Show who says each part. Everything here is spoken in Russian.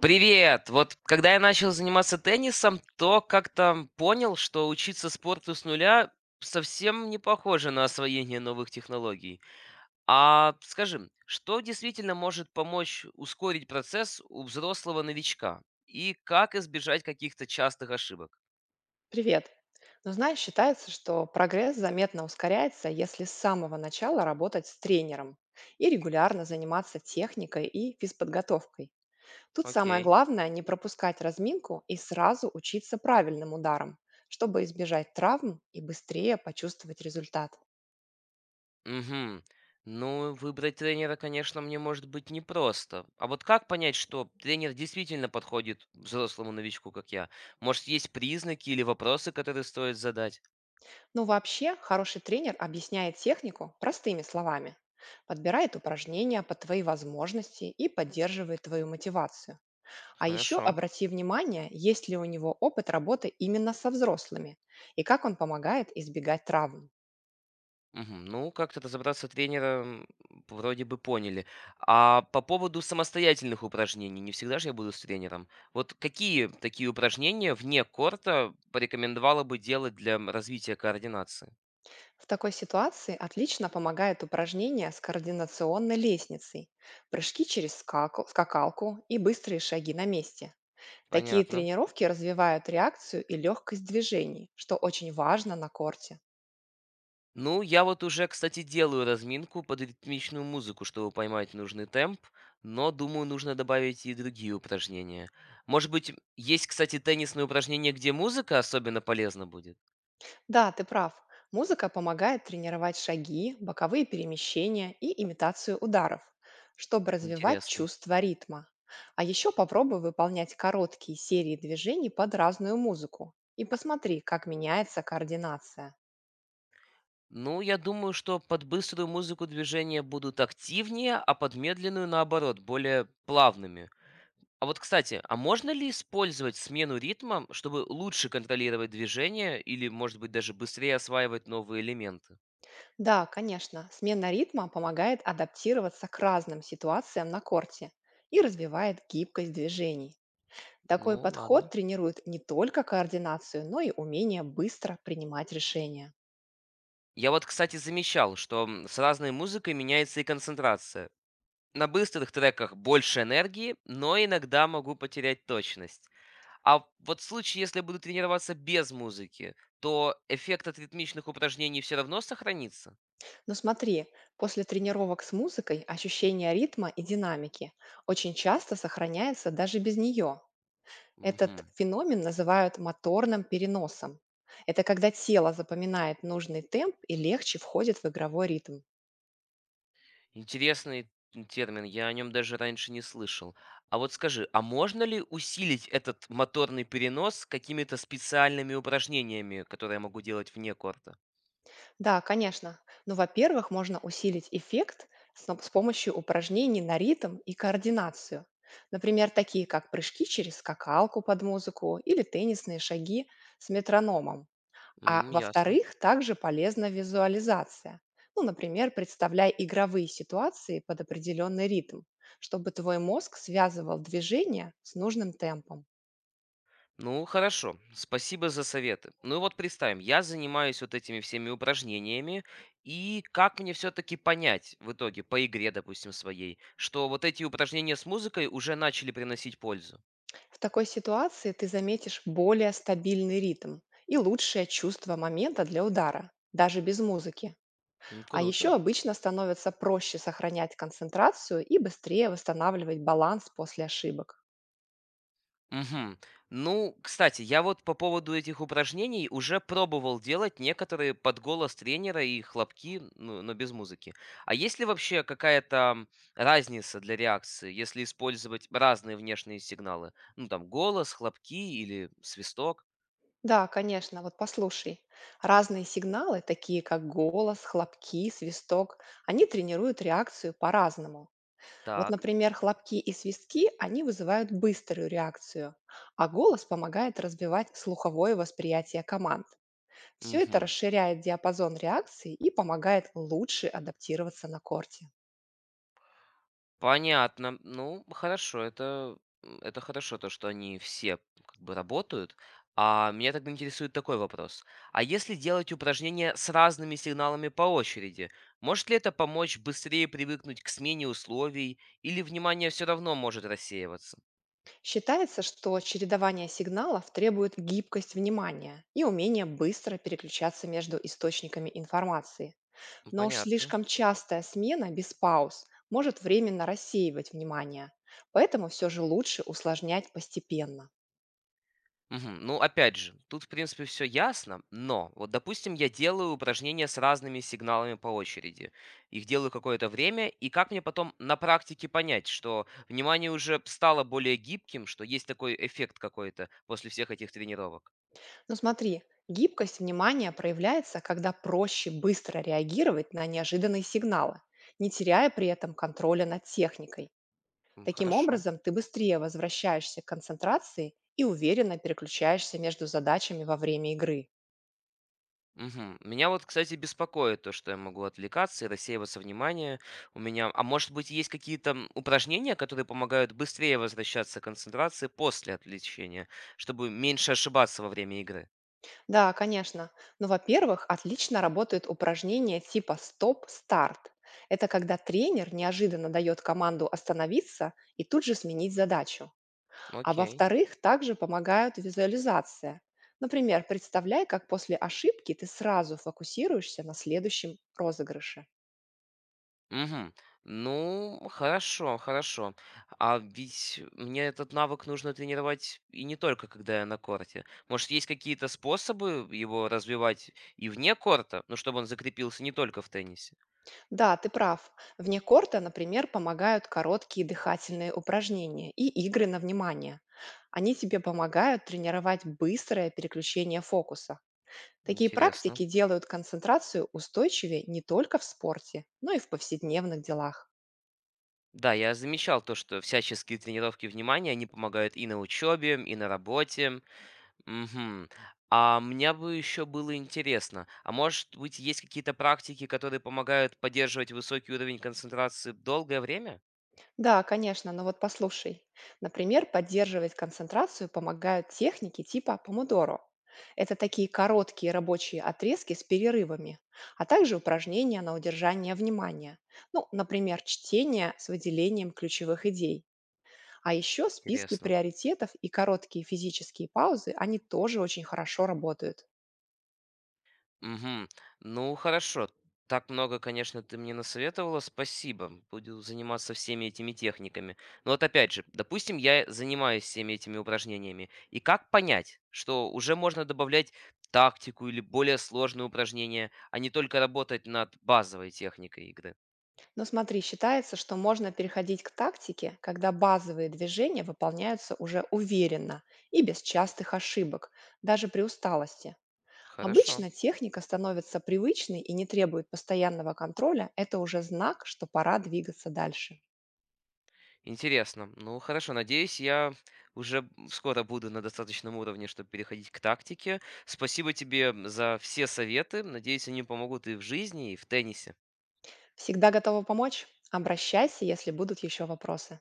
Speaker 1: Привет! Вот когда я начал заниматься теннисом, то как-то понял, что учиться спорту с нуля совсем не похоже на освоение новых технологий. А скажи, что действительно может помочь ускорить процесс у взрослого новичка? И как избежать каких-то частых ошибок?
Speaker 2: Привет. Ну, знаешь, считается, что прогресс заметно ускоряется, если с самого начала работать с тренером и регулярно заниматься техникой и физподготовкой. Тут самое
Speaker 1: Окей.
Speaker 2: главное не пропускать разминку и сразу учиться правильным ударам, чтобы избежать травм и быстрее почувствовать результат.
Speaker 1: Мгм. Ну, выбрать тренера, конечно, мне может быть непросто. А вот как понять, что тренер действительно подходит взрослому новичку, как я? Может, есть признаки или вопросы, которые стоит задать?
Speaker 2: Но вообще, хороший тренер объясняет технику простыми словами, подбирает упражнения под твои возможности и поддерживает твою мотивацию. А еще
Speaker 1: Хорошо.
Speaker 2: обрати внимание, есть ли у него опыт работы именно со взрослыми и как он помогает избегать травм.
Speaker 1: Мгм. Ну, как-то разобраться тренера вроде бы поняли. А по поводу самостоятельных упражнений, не всегда же я буду с тренером. Вот какие такие упражнения вне корта порекомендовала бы делать для развития координации?
Speaker 2: В такой ситуации отлично помогает упражнение с координационной лестницей, прыжки через скакалку и быстрые шаги на месте. Такие
Speaker 1: Понятно.
Speaker 2: тренировки развивают реакцию и легкость движений, что очень важно на корте.
Speaker 1: Ну, я вот уже, кстати, делаю разминку под ритмичную музыку, чтобы поймать нужный темп, но, думаю, нужно добавить и другие упражнения. Может быть, есть, кстати, теннисные упражнения, где музыка особенно полезна будет?
Speaker 2: Да, ты прав. Музыка помогает тренировать шаги, боковые перемещения и имитацию ударов, чтобы развивать
Speaker 1: Интересно.
Speaker 2: чувство ритма. А еще попробуй выполнять короткие серии движений под разную музыку и посмотри, как меняется координация.
Speaker 1: Ну, я думаю, что под быструю музыку движения будут активнее, а под медленную, наоборот, более плавными. А вот, кстати, а можно ли использовать смену ритма, чтобы лучше контролировать движение или, может быть, даже быстрее осваивать новые элементы?
Speaker 2: Да, конечно, смена ритма помогает адаптироваться к разным ситуациям на корте и развивает гибкость движений. Такой
Speaker 1: Ну, ладно.
Speaker 2: подход тренирует не только координацию, но и умение быстро принимать решения.
Speaker 1: Я вот, кстати, замечал, что с разной музыкой меняется и концентрация. На быстрых треках больше энергии, но иногда могу потерять точность. А вот в случае, если буду тренироваться без музыки, то эффект от ритмичных упражнений все равно сохранится?
Speaker 2: Но смотри, после тренировок с музыкой ощущение ритма и динамики очень часто сохраняется даже без нее. Этот
Speaker 1: Мгм.
Speaker 2: феномен называют моторным переносом. Это когда тело запоминает нужный темп и легче входит в игровой ритм.
Speaker 1: Интересный термин, я о нем даже раньше не слышал. А вот скажи, а можно ли усилить этот моторный перенос какими-то специальными упражнениями, которые я могу делать вне корта?
Speaker 2: Да, конечно. Но, во-первых, можно усилить эффект с помощью упражнений на ритм и координацию. Например, такие как прыжки через скакалку под музыку или теннисные шаги с метрономом. А
Speaker 1: Ясно.
Speaker 2: во-вторых, также полезна визуализация. Ну, например, представляй игровые ситуации под определенный ритм, чтобы твой мозг связывал движение с нужным темпом.
Speaker 1: Ну, хорошо. Спасибо за советы. Ну и вот представим, я занимаюсь вот этими всеми упражнениями, и как мне все-таки понять в итоге по игре, допустим, своей, что вот эти упражнения с музыкой уже начали приносить пользу?
Speaker 2: В такой ситуации ты заметишь более стабильный ритм и лучшее чувство момента для удара, даже без музыки.
Speaker 1: Ну,
Speaker 2: А еще
Speaker 1: круто.
Speaker 2: обычно становится проще сохранять концентрацию и быстрее восстанавливать баланс после ошибок.
Speaker 1: Мгм. Ну, кстати, я вот по поводу этих упражнений уже пробовал делать некоторые под голос тренера и хлопки, ну, но без музыки. А есть ли вообще какая-то разница для реакции, если использовать разные внешние сигналы? Ну, там, голос, хлопки или свисток?
Speaker 2: Да, конечно, вот послушай. Разные сигналы, такие как голос, хлопки, свисток, они тренируют реакцию по-разному. Вот,
Speaker 1: Так.
Speaker 2: например, хлопки и свистки, они вызывают быструю реакцию, а голос помогает разбивать слуховое восприятие команд. Все это
Speaker 1: Мгм.
Speaker 2: расширяет диапазон реакций и помогает лучше адаптироваться на корте.
Speaker 1: Понятно. Ну, хорошо, это, это хорошо, то, что они все как бы работают. А меня тогда интересует такой вопрос. А если делать упражнения с разными сигналами по очереди, может ли это помочь быстрее привыкнуть к смене условий, или внимание все равно может рассеиваться?
Speaker 2: Считается, что чередование сигналов требует гибкость внимания и умение быстро переключаться между источниками информации.
Speaker 1: Ну,
Speaker 2: Но уж
Speaker 1: понятно.
Speaker 2: слишком частая смена без пауз может временно рассеивать внимание, поэтому все же лучше усложнять постепенно.
Speaker 1: Мгм. Ну, опять же, тут, в принципе, все ясно, но вот, допустим, я делаю упражнения с разными сигналами по очереди. Их делаю какое-то время, и как мне потом на практике понять, что внимание уже стало более гибким, что есть такой эффект какой-то после всех этих тренировок?
Speaker 2: Но смотри, гибкость внимания проявляется, когда проще быстро реагировать на неожиданные сигналы, не теряя при этом контроля над техникой. Таким
Speaker 1: Хорошо.
Speaker 2: образом, ты быстрее возвращаешься к концентрации и уверенно переключаешься между задачами во время игры.
Speaker 1: Мгм. Меня вот, кстати, беспокоит то, что я могу отвлекаться и рассеиваться внимание у меня. А может быть, есть какие-то упражнения, которые помогают быстрее возвращаться к концентрации после отвлечения, чтобы меньше ошибаться во время игры?
Speaker 2: Да, конечно. Но, во-первых, отлично работают упражнения типа «стоп-старт». Это когда тренер неожиданно дает команду остановиться и тут же сменить задачу. А
Speaker 1: Окей.
Speaker 2: во-вторых, также помогают визуализация. Например, представляй, как после ошибки ты сразу фокусируешься на следующем розыгрыше.
Speaker 1: Мгм. Ну, хорошо, хорошо. А ведь мне этот навык нужно тренировать и не только когда я на корте. Может, есть какие-то способы его развивать и вне корта, ну, чтобы он закрепился не только в теннисе?
Speaker 2: Да, ты прав. Вне корта, например, помогают короткие дыхательные упражнения и игры на внимание. Они тебе помогают тренировать быстрое переключение фокуса. Такие
Speaker 1: Интересно.
Speaker 2: практики делают концентрацию устойчивее не только в спорте, но и в повседневных делах.
Speaker 1: Да, я замечал то, что всяческие тренировки внимания, они помогают и на учебе, и на работе. Мгм. А мне бы еще было интересно, а может быть, есть какие-то практики, которые помогают поддерживать высокий уровень концентрации долгое время?
Speaker 2: Да, конечно, но вот послушай. Например, поддерживать концентрацию помогают техники типа помодоро. Это такие короткие рабочие отрезки с перерывами, а также упражнения на удержание внимания. Ну, например, чтение с выделением ключевых идей. А еще списки
Speaker 1: Интересно.
Speaker 2: приоритетов и короткие физические паузы, они тоже очень хорошо работают.
Speaker 1: Мгм. Ну, хорошо. Так много, конечно, ты мне насоветовала. Спасибо. Буду заниматься всеми этими техниками. Но вот опять же, допустим, я занимаюсь всеми этими упражнениями. И как понять, что уже можно добавлять тактику или более сложные упражнения, а не только работать над базовой техникой игры?
Speaker 2: Ну смотри, считается, что можно переходить к тактике, когда базовые движения выполняются уже уверенно и без частых ошибок, даже при усталости.
Speaker 1: Хорошо.
Speaker 2: Обычно техника становится привычной и не требует постоянного контроля. Это уже знак, что пора двигаться дальше.
Speaker 1: Интересно. Ну хорошо, надеюсь, я скоро буду на достаточном уровне, чтобы переходить к тактике. Спасибо тебе за все советы. Надеюсь, они помогут и в жизни, и в теннисе.
Speaker 2: Всегда готова помочь? Обращайся, если будут еще вопросы.